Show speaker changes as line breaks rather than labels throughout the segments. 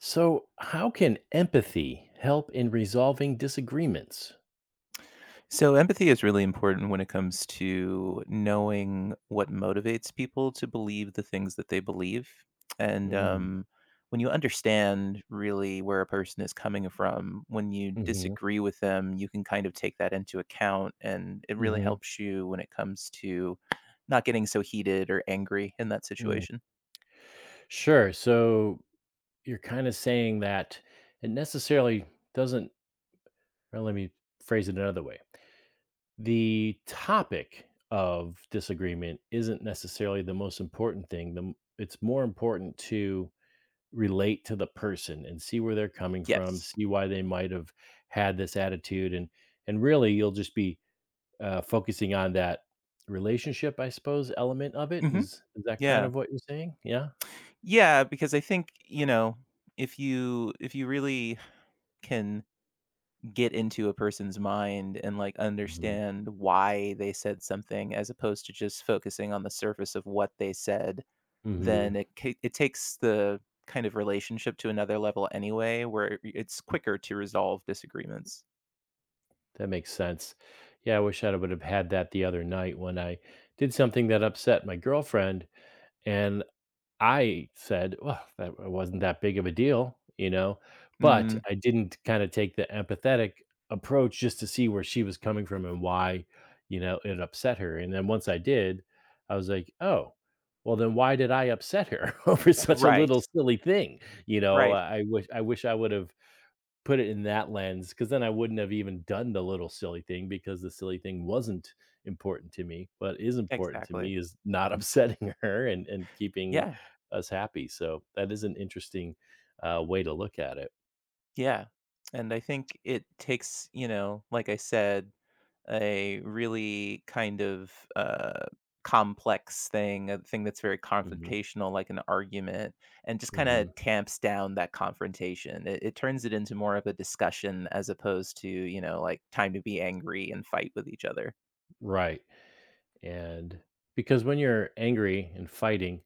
So, how can empathy help in resolving disagreements?
So, empathy is really important when it comes to knowing what motivates people to believe the things that they believe. And
Mm,
when you understand really where a person is coming from, when you
mhm,
disagree with them, you can kind of take that into account. And it really
mhm,
helps you when it comes to not getting so heated or angry in that
mm.
situation.
Sure. So, you're kind of saying that it necessarily doesn't, well, let me phrase it another way. The topic of disagreement isn't necessarily the most important thing. It's more important to relate to the person and see where they're coming from,
Yes.
see why they might have had this attitude. And really, you'll just be focusing on that relationship, I suppose, element of it
Hmm.
is that kind
Yeah.
of what you're saying? Yeah?
Yeah. Because I think if you really can get into a person's mind and like
Mhm.
understand why they said something as opposed to just focusing on the surface of what they said,
Mhm.
then it takes the kind of relationship to another level anyway where it's quicker to resolve disagreements.
That makes sense. Yeah, I wish I would have had that the other night when I did something that upset my girlfriend, and I said, "Well, that wasn't that big of a deal," but
Mm.
I didn't kinda take the empathetic approach just to see where she was coming from and why, it upset her, and then once I did, I was like, "Oh, well, then why did I upset her over such a
Right.
little silly thing?" You know,
Right.
I wish I wish I would've put it in that lens because then I wouldn't have even done the little silly thing because the silly thing wasn't important to me. What is important to
Exactly.
me is not upsetting her and keeping
Yeah.
us happy. So that is an interesting way to look at it.
Yeah. And I think it takes, like I said, a really kind of complex thing, a thing that's very
Hmm.
confrontational, like an argument, and just kind of
Hmm.
tamps down that confrontation. It turns it into more of a discussion as opposed to like, time to be angry and fight with each other.
Right. And because when you're angry and fighting,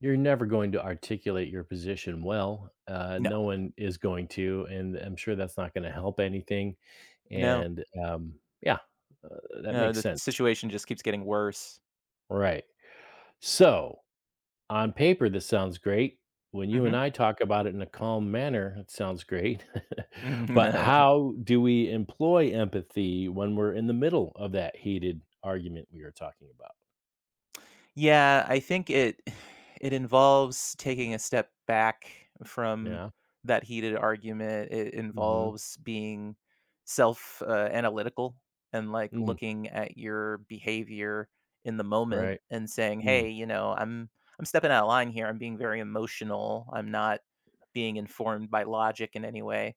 you're never going to articulate your position well.
No,
No one is going to, and I'm sure that's not going to help anything.
no,
And yeah, that
no.
makes
The
sense.
situation just keeps getting worse.
Right. So, on paper, this sounds great. When you and
Hmm.
I talk about it in a calm manner, it sounds great. But how do we employ empathy when we're in the middle of that heated argument we were talking about?
Yeah, I think it involves taking a step back from
Yeah.
that heated argument. It
Hmm.
involves being self analytical and like
Mm,
looking at your behavior in the moment
right.
and saying,
Mm,
"Hey, you know, I'm stepping out of line here. I'm being very emotional. I'm not being informed by logic in any way."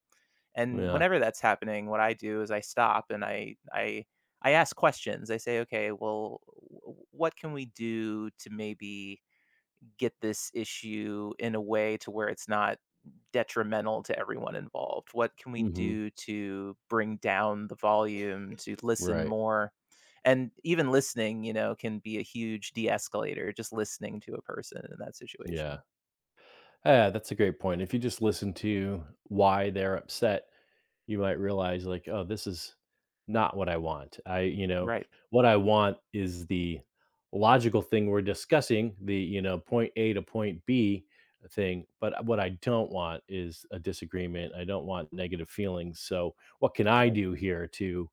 And
yeah.
whenever that's happening, what I do is I stop and I ask questions. I say, "Okay, well, what can we do to maybe get this issue in a way to where it's not detrimental to everyone involved? What can we
Hmm.
do to bring down the volume to listen
Right.
more?" And even listening can be a huge de-escalator, just listening to a person in that
Yeah.
situation.
Yeah. That's a great point. If you just listen to why they're upset, you might realize like, "Oh, this is not what I want."
Right.
What I want is the logical thing we're discussing, the, you know, point A to point B thing, but what I don't want is a disagreement. I don't want negative feelings. So, what can I
Right.
do here to,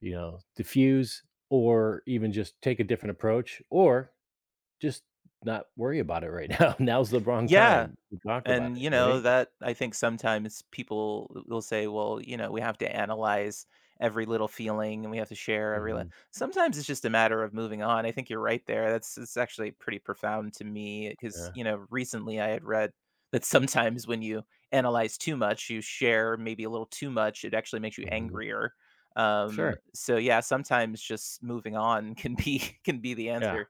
you know, diffuse or even just take a different approach or just not worry about it right now? Now's the wrong
Yeah.
time to talk about
And
it, right?
that I think sometimes people will say, "Well, you know, we have to analyze every little feeling, and we have to share every li."
Mhm.
Sometimes it's just a matter of moving on. I think you're right there. That's it's actually pretty profound to me because
Yeah.
recently I had read that sometimes when you analyze too much, you share maybe a little too much, it actually makes you
Mhm.
angrier. Um,
Sure.
so, yeah, sometimes just moving on can be can be the
Yeah.
answer.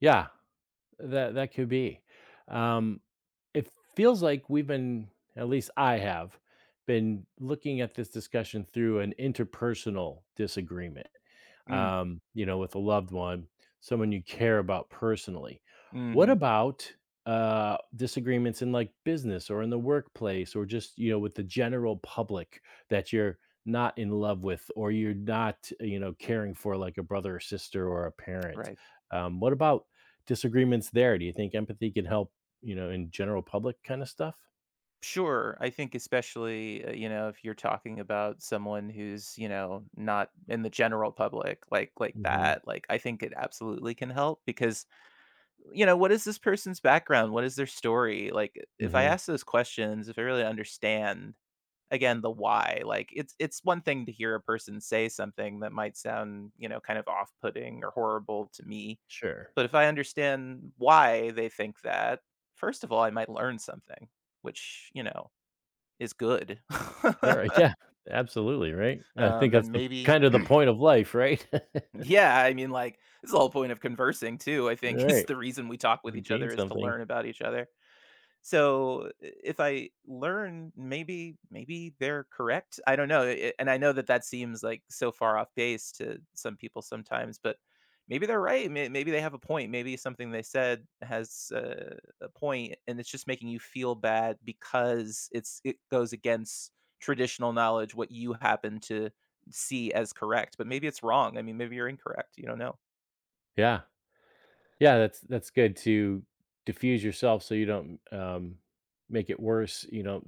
Yeah. That that could be. Um, it feels like we've been, at least I have, been looking at this discussion through an interpersonal disagreement,
Mm.
you know, with a loved one, someone you care about personally. What
Mhm.
about disagreements in like business or in the workplace or just, you know, with the general public that you're not in love with or you're not, you know, caring for like a brother or sister or a parent?
Right.
What about disagreements there? Do you think empathy can help, you know, in general public kind of stuff?
Sure, I think especially, if you're talking about someone who's, not in the general public like
Hmm.
that, like I think it absolutely can help because, what is this person's background? What is their story? Like, if I
Hmm.
ask those questions, if I really understand again the why, like it's one thing to hear a person say something that might sound, kind of off-putting or horrible to me,
Sure.
but if I understand why they think that, first of all, I might learn something, which is good.
Sure. Yeah. Absolutely. Right. I think that's
And
the
maybe
kind of the point of life, right?
yeah, I mean, like, it's the whole point of conversing too, I think, it's
Right,
the reason we talk with
to
each
gain
other is to
something.
learn about each other. So, I if I learn, maybe they're correct. I don't know, a and I know that that seems, like, so far off base to some people sometimes, but maybe they're right. Maybe they have a point. Maybe something they said has a point, and it's just making you feel bad because it goes against traditional knowledge, what you happen to see as correct, but maybe it's wrong. I mean, maybe you're incorrect. You don't know.
Yeah. Yeah, that's good to diffuse yourself so you don't, make it worse, you know,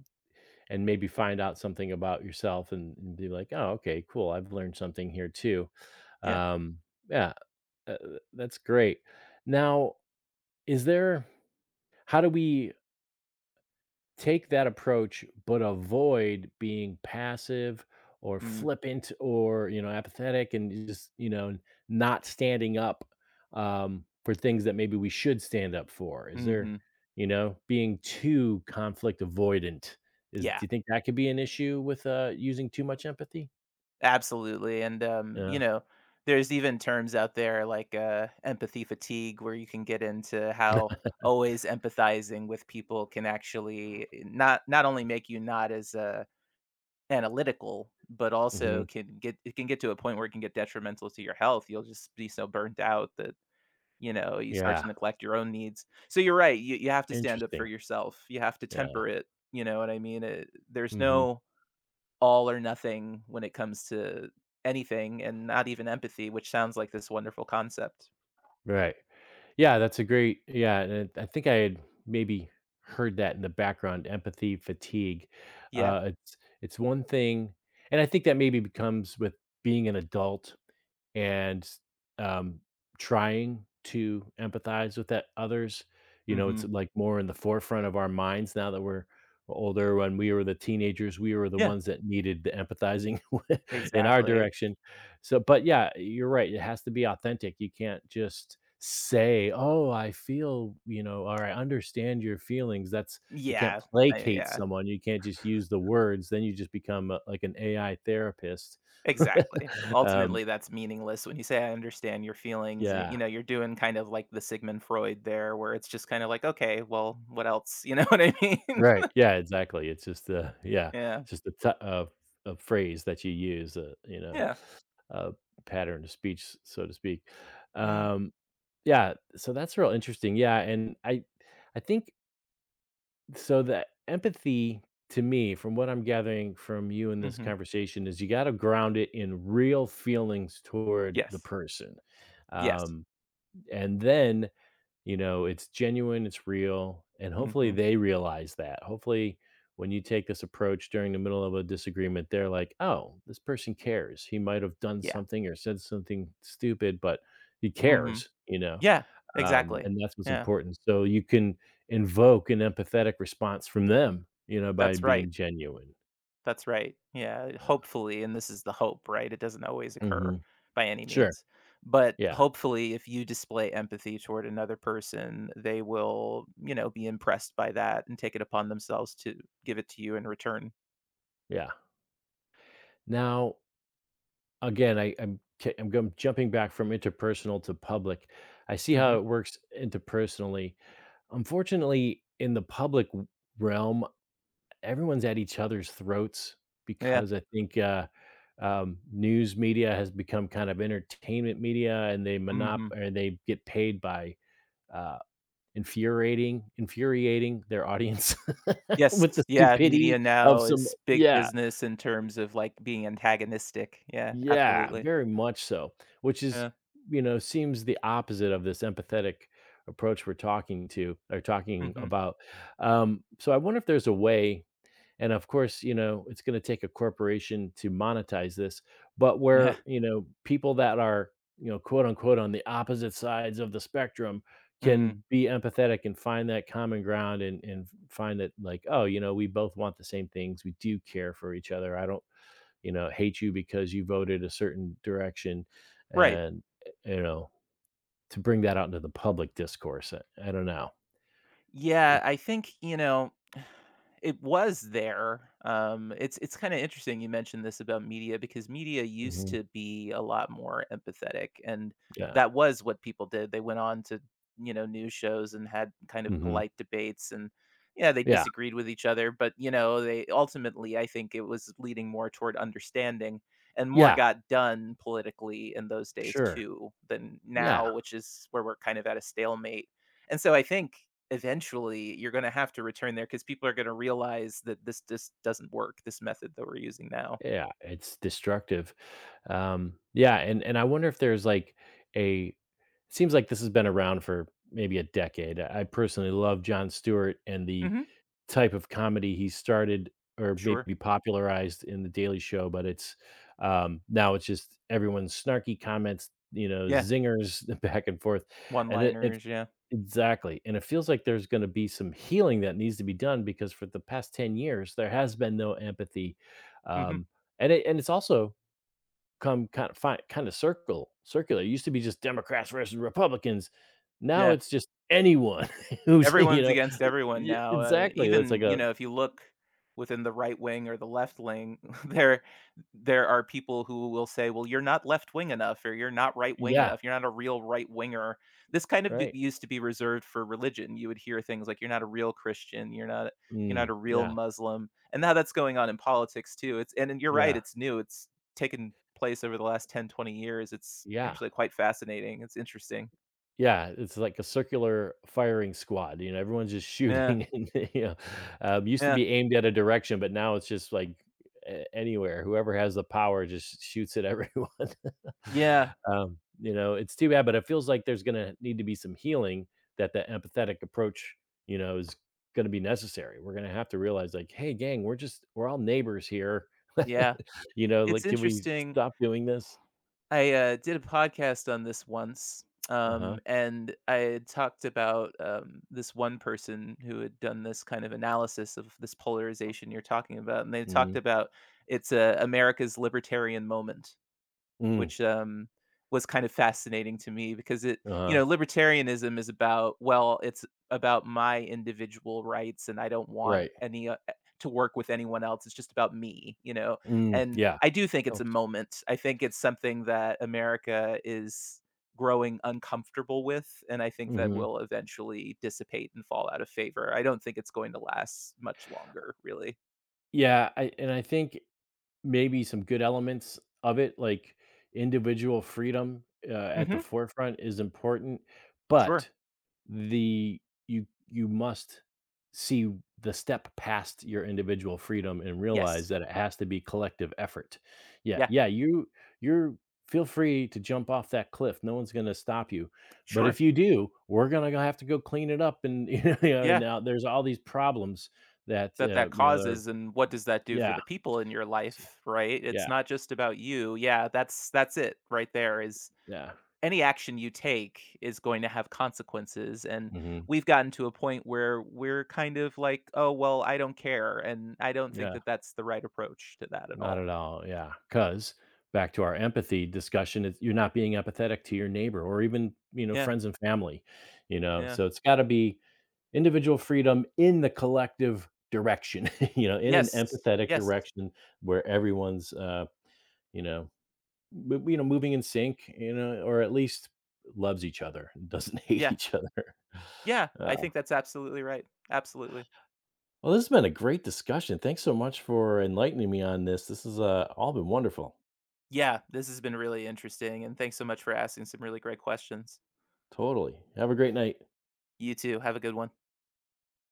and maybe find out something about yourself and be like, "Oh, okay, cool. I've learned something here too."
Yeah.
Um, yeah, uh, that's great. Now, is there how do we take that approach, but avoid being passive or
Mm.
flippant or you know apathetic and just you know not standing up for things that maybe we should stand up for. Is there
Mhm.
you know being too conflict avoidant? Is do
Yeah.
you think that could be an issue with using too much empathy?
Absolutely, and,
Yeah.
there's even terms out there like, empathy fatigue where you can get into how always empathizing with people can actually not only make you not as, analytical, but also
Hmm.
can get to a point where it can get detrimental to your health. You'll just be so burnt out that, you start
Yeah.
to neglect your own needs. So you're right, you have to stand up for
Interesting.
yourself. You have to
Yeah.
temper it, you know what I mean? There's
Hmm.
no all or nothing when it comes to anything and not even empathy, which sounds like this wonderful concept.
Right. Yeah, that's a great yeah, and I think I had maybe heard that in the background, empathy fatigue.
Yeah.
It's one thing and I think that maybe becomes with being an adult and um, trying to empathize with that others. You know, it's
Mhm.
like more in the forefront of our minds now that we're older. When we were the teenagers, we were the
Yeah,
ones that needed the empathizing in our
exactly.
direction. So, but yeah, you're right. It has to be authentic. You can't just say, "Oh, I feel," you know, or "I understand your feelings." That's you can't
Yeah. I
placate
yeah,
someone. You can't just use the words. Then you just become a, like an AI therapist.
exactly.
um,
Ultimately, that's meaningless when you say, "I understand your feelings,"
yeah,
you're doing kind of like the Sigmund Freud there, where it's just kinda like, "Okay, well, what else?" You know what I mean?
Right. Yeah, exactly.
Yeah.
It's just a t a phrase that you use, A you know,
Yeah.
a pattern of speech, s so to speak.
Mhm.
Um, yeah, so that's real interesting. Yeah, and I think so the empathy to me, from what I'm gathering from you in this
Mhm.
conversation, is you gotta ground it in real feelings toward the
Yes.
person.
Yes.
Um, and then you know, it's genuine, it's real, and hopefully
Mhm.
they realize that. Hopefully, when you take this approach during the middle of a disagreement, they're like, "Oh, this person cares. He might have done
Yeah.
something or said something stupid, but he
Mhm.
cares," you know?
Yeah, exactly.
And that's what's
Yeah.
important. So you can invoke an empathetic response from them, you know, by
That's right,
being genuine.
that's right. Yeah,
Yeah.
hopefully, and this is the hope, right? It doesn't always occur
Mhm.
by any
Sure.
means, but
Yeah.
hopefully, if you display empathy toward another person, they will, be impressed by that and take it upon themselves to give it to you in return.
Yeah. Now, Again, I I'm gum jumping back from interpersonal to public. I see
Mhm.
how it works interpersonally. Unfortunately, in the public w realm, everyone's at each other's throats
Yeah.
because I think, news media has become kind of entertainment media, and they monop
Mhm.
or they get paid by, uh, infuriating their audience
Yes,
with the
yeah, media
stupidity of
now
some.
is big
Yeah.
business in terms of, like, being antagonistic. Yeah,
Yeah,
absolutely.
very much so, which is,
Yeah.
you know, seems the opposite of this empathetic approach we're talking to or talking
Mhm.
about. So I wonder if there's a way, and of course, you know, it's going to take a corporation to monetize this, but
Yeah.
where, you know, people that are, you know, quote unquote on the opposite sides of the spectrum
Mm.
can be empathetic and find that common ground and find that like, oh, you know, we both want the same things. We do care for each other. I don't you know, hate you because you voted a certain direction
Right.
and, you know, to bring that out into the public discourse, I don't know. It.
Yeah, I think, it was there. It's kind of interesting you mentioned this about media because media used
Mhm,
to be a lot more empathetic, and
yeah,
that was what people did. They went on to news shows and had kind of
mhm,
polite debates, and yeah, they
yeah,
disagreed with each other, but they ultimately, I think, it was leading more toward understanding, and more
yeah,
got done politically in those days
sure.
too than now,
Yeah,
which is where we're kind of at a stalemate. And so I think eventually you're going to have to return there because people are going to realize that this just doesn't work. This method that we're using now.
yeah, it's destructive. Yeah, and I wonder if there's like a seems like this has been around for maybe a decade. I personally love John Stewart and the
Hmm.
type of comedy he started or
Sure.
maybe popularized in The Daily Show, but it's, now it's just everyone's snarky comments, you know,
Yeah.
zingers back and forth,
One
and it
liners. Yeah.
exactly, and it feels like there's gonna be some healing that needs to be done because for the past 10 years, there has been no empathy,
Hmm.
um, and it's also come kind of fi kinda circle circular. It used to be just Democrats versus Republicans, now
Yeah.
it's just anyone who's, you
Everyone's
know.
against everyone
Yeah,
now.
exactly, that's like
Even
a.
if you look within the right wing or the left wing, there there are people who will say, "Well, you're not left wing enough, or you're not right wing
Yeah.
enough. You're not a real right winger." This kind of
Right.
used to be reserved for religion. You would hear things like, "You're not a real Christian. You're not
Mm,
a real
yeah,
Muslim." And now that's going on in politics too. And you're right.
yeah,
It's new. It's taken place over the last 10, 20 years. It's
yeah,
actually quite fascinating. It's interesting.
yeah, it's like a circular firing squad, you know, everyone's just
Yeah.
shooting and, you know, used to
Yeah.
be aimed at a direction, but now it's just like a anywhere, whoever has the power just shoots at everyone.
Yeah.
You know, it's too bad, but it feels like there's gonna need to be some healing that the empathetic approach, you know, is gonna be necessary. We're gonna have to realize like, "Hey, gang, we're just we're all neighbors here."
Yeah.
You know,
It's
like, "Can we
interesting.
stop doing this?"
I did a podcast on this once,
Uh-huh.
and I had talked about this one person who had done this kind of analysis of this polarization you're talking about, and they talked
Mhm.
about it's America's libertarian moment,
Mm.
which was kind of fascinating to me because
Uh-huh.
libertarianism is about, well, it's about my individual rights and I don't want
Right.
any to work with anyone else. It's just about me.
Mm,
And
yeah.
I do think it's a moment. I think it's something that America is growing uncomfortable with, and I think that
Mhm.
will eventually dissipate and fall out of favor. I don't think it's going to last much longer, really.
Yeah, I and I think maybe some good elements of it, like individual freedom, at the
Mhm.
forefront is important, but
Sure.
the you you must see the step past your individual freedom and realize
Yes.
that it has to be collective effort. Yeah,
Yeah.
yeah, you you're feel free to jump off that cliff. No one's going to stop you. But if
Sure.
you do, we're going to have to go clean it up and you know and
Yeah.
now there's all these problems that
That that
you know they're
causes, and what does that do for
yeah.
the people in your
s-
life, right? It's
Yeah,
not just about you. Yeah, that's it right there is
yeah.
any action you take is going to have consequences, and
Mhm.
we've gotten to a point where we're kind of like, "Oh, well, I don't care." And I don't think
Yeah.
that that's the right approach to that at
Not
all.
at all. Yeah. Because back to our empathy discussion, it's, you're not being empathetic to your neighbor or even, you know,
Yeah,
friends and family, you know,
yeah.
so it's got to be individual freedom in the collective direction, you know, in an
Yes,
empathetic
yes.
direction where everyone's, you know, you know, moving in sync, you know, or at least loves each other, and doesn't hate
Yeah,
each other.
yeah,
Uh,
I think that's absolutely right. Absolutely.
well, this has been a great discussion. Thanks so much for enlightening me on this. This has all been wonderful.
Yeah, this has been really interesting, and thanks so much for asking some really great questions.
Totally. Have a great night.
You too, have a good one.